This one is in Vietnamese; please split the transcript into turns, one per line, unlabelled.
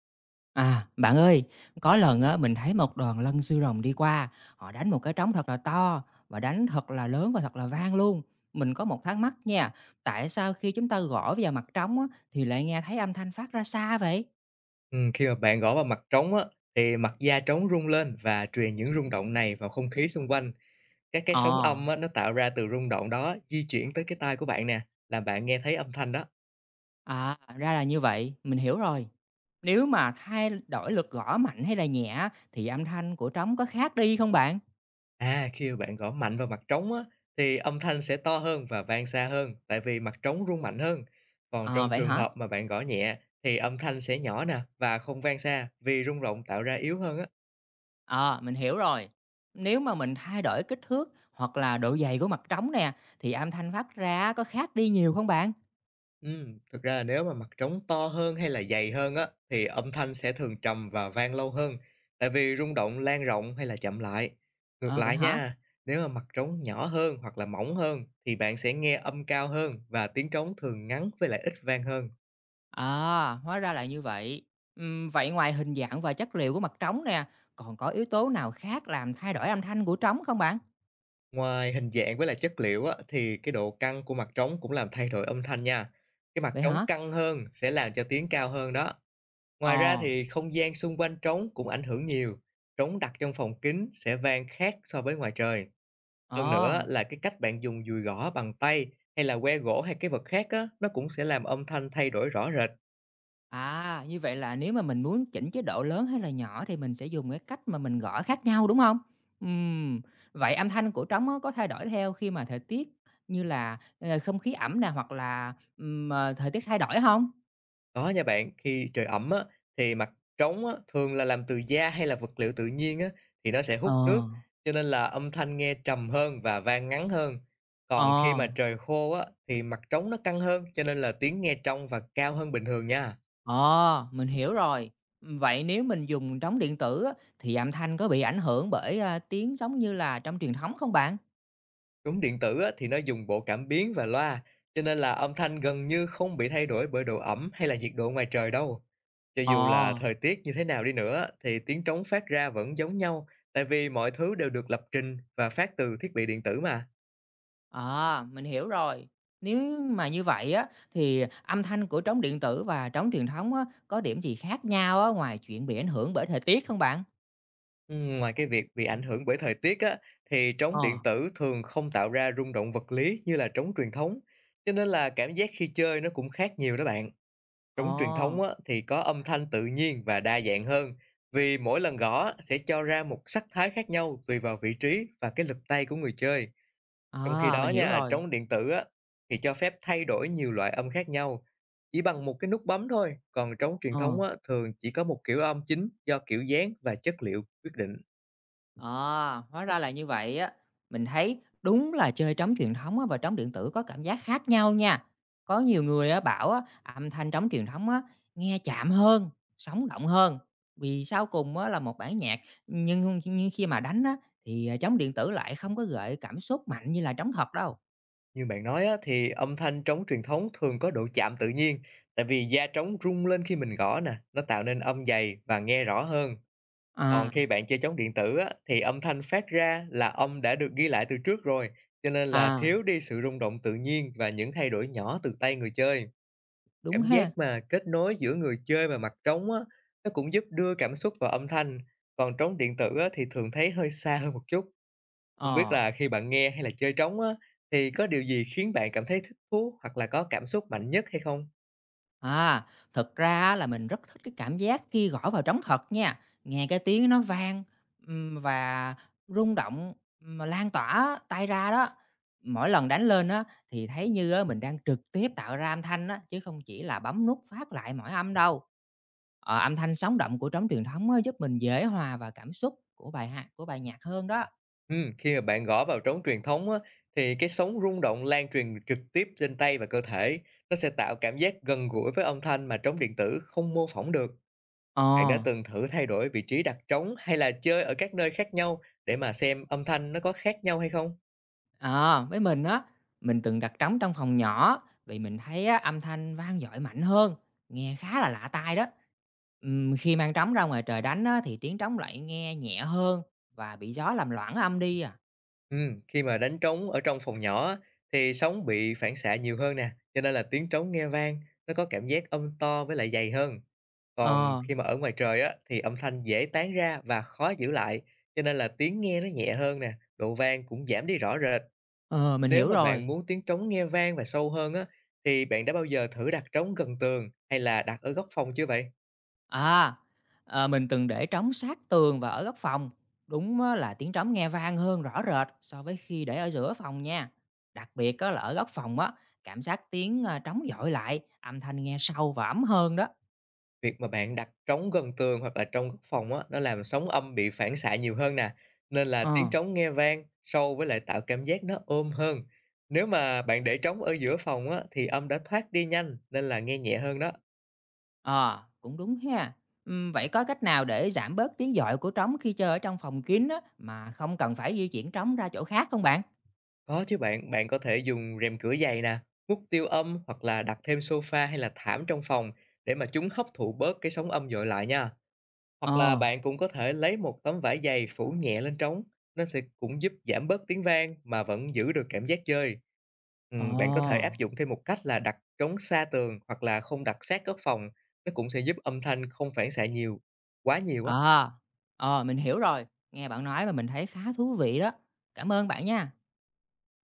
À, bạn ơi, có lần á mình thấy một đoàn lân sư rồng đi qua, họ đánh một cái trống thật là to và đánh thật là lớn và thật là vang luôn. Mình có một thắc mắc nha, tại sao khi chúng ta gõ vào mặt trống á thì lại nghe thấy âm thanh phát ra xa vậy?
Khi mà bạn gõ vào mặt trống á, thì mặt da trống rung lên và truyền những rung động này vào không khí xung quanh. Các cái sóng
Ờ,
âm á, nó tạo ra từ rung động đó di chuyển tới cái tai của bạn nè, làm bạn nghe thấy âm thanh đó.
à, ra là như vậy, mình hiểu rồi. Nếu mà thay đổi lực gõ mạnh hay là nhẹ á, thì âm thanh của trống có khác đi không bạn?
À, khi mà bạn gõ mạnh vào mặt trống á, thì âm thanh sẽ to hơn và vang xa hơn, tại vì mặt trống rung mạnh hơn. Còn
Ờ,
trong
vậy
trường
hả?
hợp mà bạn gõ nhẹ, thì âm thanh sẽ nhỏ nè và không vang xa vì rung động tạo ra yếu hơn á.
Ờ, mình hiểu rồi. Nếu mà mình thay đổi kích thước hoặc là độ dày của mặt trống nè, thì âm thanh phát ra có khác đi nhiều không bạn?
Thực ra là nếu mà mặt trống to hơn hay là dày hơn á, thì âm thanh sẽ thường trầm và vang lâu hơn, tại vì rung động lan rộng hay là chậm lại. Ngược
Ờ, vậy
lại
hả?
nha, nếu mà mặt trống nhỏ hơn hoặc là mỏng hơn, thì bạn sẽ nghe âm cao hơn và tiếng trống thường ngắn với lại ít vang hơn.
À, hóa ra là như vậy. Vậy ngoài hình dạng và chất liệu của mặt trống nè, còn có yếu tố nào khác làm thay đổi âm thanh của trống không bạn?
Ngoài hình dạng với lại chất liệu á, thì cái độ căng của mặt trống cũng làm thay đổi âm thanh nha. Cái mặt
Vậy
trống
hả?
căng hơn sẽ làm cho tiếng cao hơn đó. Ngoài ra
Ờ,
thì không gian xung quanh trống cũng ảnh hưởng nhiều. Trống đặt trong phòng kín sẽ vang khác so với ngoài trời. Hơn
ờ.
nữa là cái cách bạn dùng dùi gõ bằng tay hay là que gỗ hay cái vật khác á, nó cũng sẽ làm âm thanh thay đổi rõ rệt.
À, như vậy là nếu mà mình muốn chỉnh chế độ lớn hay là nhỏ thì mình sẽ dùng cái cách mà mình gõ khác nhau, đúng không? Ừm, vậy âm thanh của trống á có thay đổi theo khi mà thời tiết như là, không khí ẩm nè, hoặc là, thời tiết thay đổi không?
Đó nha bạn, khi trời ẩm á, thì mặt trống á, thường là làm từ da hay là vật liệu tự nhiên á, thì nó sẽ
Ờ,
hút nước, cho nên là âm thanh nghe trầm hơn và vang ngắn hơn. Còn khi
ờ,
mà trời khô á, thì mặt trống nó căng hơn, cho nên là tiếng nghe trong và cao hơn bình thường nha.
ờ, mình hiểu rồi. Vậy nếu mình dùng trống điện tử á thì âm thanh có bị ảnh hưởng bởi, tiếng giống như là trong truyền thống không bạn?
Trống điện tử á, thì nó dùng bộ cảm biến và loa, cho nên là âm thanh gần như không bị thay đổi bởi độ ẩm hay là nhiệt độ ngoài trời đâu. Cho
Ờ.
dù là thời tiết như thế nào đi nữa thì tiếng trống phát ra vẫn giống nhau, tại vì mọi thứ đều được lập trình và phát từ thiết bị điện tử mà.
À, mình hiểu rồi. Nếu mà như vậy á, thì âm thanh của trống điện tử và trống truyền thống á, có điểm gì khác nhau á, ngoài chuyện bị ảnh hưởng bởi thời tiết không bạn?
Ngoài cái việc bị ảnh hưởng bởi thời tiết á, thì trống
Ờ,
điện tử thường không tạo ra rung động vật lý như là trống truyền thống, cho nên là cảm giác khi chơi nó cũng khác nhiều đó bạn.
ồ,
Trống truyền thống á, thì có âm thanh tự nhiên và đa dạng hơn, vì mỗi lần gõ sẽ cho ra một sắc thái khác nhau tùy vào vị trí và cái lực tay của người chơi. Trong khi
à,
đó
mình hiểu
nha,
rồi.
trống điện tử á, thì cho phép thay đổi nhiều loại âm khác nhau chỉ bằng một cái nút bấm thôi. Còn trống truyền
Ờ.
thống á, thường chỉ có một kiểu âm chính do kiểu dáng và chất liệu quyết định.
À, hóa ra là như vậy á. Mình thấy đúng là chơi trống truyền thống á và trống điện tử có cảm giác khác nhau nha. Có nhiều người á bảo á, âm thanh trống truyền thống á nghe chạm hơn, sống động hơn. Vì sau cùng á là một bản nhạc, nhưng khi mà đánh á thì trống điện tử lại không có gợi cảm xúc mạnh như là trống thật đâu.
Như bạn nói á, thì âm thanh trống truyền thống thường có độ chạm tự nhiên, tại vì da trống rung lên khi mình gõ nè, nó tạo nên âm dày và nghe rõ hơn. Còn
À,
khi bạn chơi trống điện tử á, thì âm thanh phát ra là âm đã được ghi lại từ trước rồi, cho nên là
à,
thiếu đi sự rung động tự nhiên và những thay đổi nhỏ từ tay người chơi.
đúng ha. Đúng
Cảm giác
ha.
mà kết nối giữa người chơi và mặt trống á, nó cũng giúp đưa cảm xúc vào âm thanh. Còn trống điện tử á, thì thường thấy hơi xa hơn một chút. Không biết
Ờ.
là khi bạn nghe hay là chơi trống á, thì có điều gì khiến bạn cảm thấy thích thú hoặc là có cảm xúc mạnh nhất hay không?
À, thật ra á là mình rất thích cái cảm giác khi gõ vào trống thật nha, nghe cái tiếng nó vang, và rung động mà lan tỏa tay ra đó. Mỗi lần đánh lên á thì thấy như á mình đang trực tiếp tạo ra âm thanh á, chứ không chỉ là bấm nút phát lại mỗi âm đâu. Ờ, âm thanh sống động của trống truyền thống á, giúp mình dễ hòa vào cảm xúc của bài hát của bài nhạc hơn đó.
Khi mà bạn gõ vào trống truyền thống á, thì cái sóng rung động lan truyền trực tiếp trên tay và cơ thể. Nó sẽ tạo cảm giác gần gũi với âm thanh mà trống điện tử không mô phỏng được.
Ờ.
Bạn đã từng thử thay đổi vị trí đặt trống hay là chơi ở các nơi khác nhau để mà xem âm thanh nó có khác nhau hay không?
Ờ, với mình á, mình từng đặt trống trong phòng nhỏ, vì mình thấy á, âm thanh vang dội mạnh hơn, nghe khá là lạ tai đó. Khi mang trống ra ngoài trời đánh á, thì tiếng trống lại nghe nhẹ hơn và bị gió làm loãng âm đi à.
Khi mà đánh trống ở trong phòng nhỏ á, thì sóng bị phản xạ nhiều hơn nè, cho nên là tiếng trống nghe vang, nó có cảm giác âm to với lại dày hơn. Còn
Ờ,
khi mà ở ngoài trời á, thì âm thanh dễ tán ra và khó giữ lại, cho nên là tiếng nghe nó nhẹ hơn nè, độ vang cũng giảm đi rõ rệt.
ờ, mình
Nếu
hiểu
mà bạn
rồi.
muốn tiếng trống nghe vang và sâu hơn á, thì bạn đã bao giờ thử đặt trống gần tường hay là đặt ở góc phòng chưa vậy?
À, ờ, mình từng để trống sát tường và ở góc phòng. Đúng á, là tiếng trống nghe vang hơn rõ rệt so với khi để ở giữa phòng nha. Đặc biệt á, là ở góc phòng á, cảm giác tiếng trống dội lại, âm thanh nghe sâu và ấm hơn đó.
Việc mà bạn đặt trống gần tường hoặc là trong góc phòng á, nó làm sóng âm bị phản xạ nhiều hơn nè, nên là tiếng
Ờ.
trống nghe vang, sâu với lại tạo cảm giác nó ôm hơn. Nếu mà bạn để trống ở giữa phòng á, thì âm đã thoát đi nhanh nên là nghe nhẹ hơn đó.
Ờ, cũng đúng ha. Vậy có cách nào để giảm bớt tiếng dọi của trống khi chơi ở trong phòng kín á, mà không cần phải di chuyển trống ra chỗ khác không bạn?
Có chứ bạn, bạn có thể dùng rèm cửa dày nè, hút tiêu âm hoặc là đặt thêm sofa hay là thảm trong phòng để mà chúng hấp thụ bớt cái sóng âm dội lại nha.
Ờ,
Hoặc là bạn cũng có thể lấy một tấm vải dày phủ nhẹ lên trống, nó sẽ cũng giúp giảm bớt tiếng vang mà vẫn giữ được cảm giác chơi.
ờ,
Bạn có thể áp dụng thêm một cách là đặt trống xa tường hoặc là không đặt sát góc phòng, nó cũng sẽ giúp âm thanh không phản xạ nhiều, quá nhiều á.
ờ, ờ, mình hiểu rồi. Nghe bạn nói mà mình thấy khá thú vị đó. Cảm ơn bạn nha.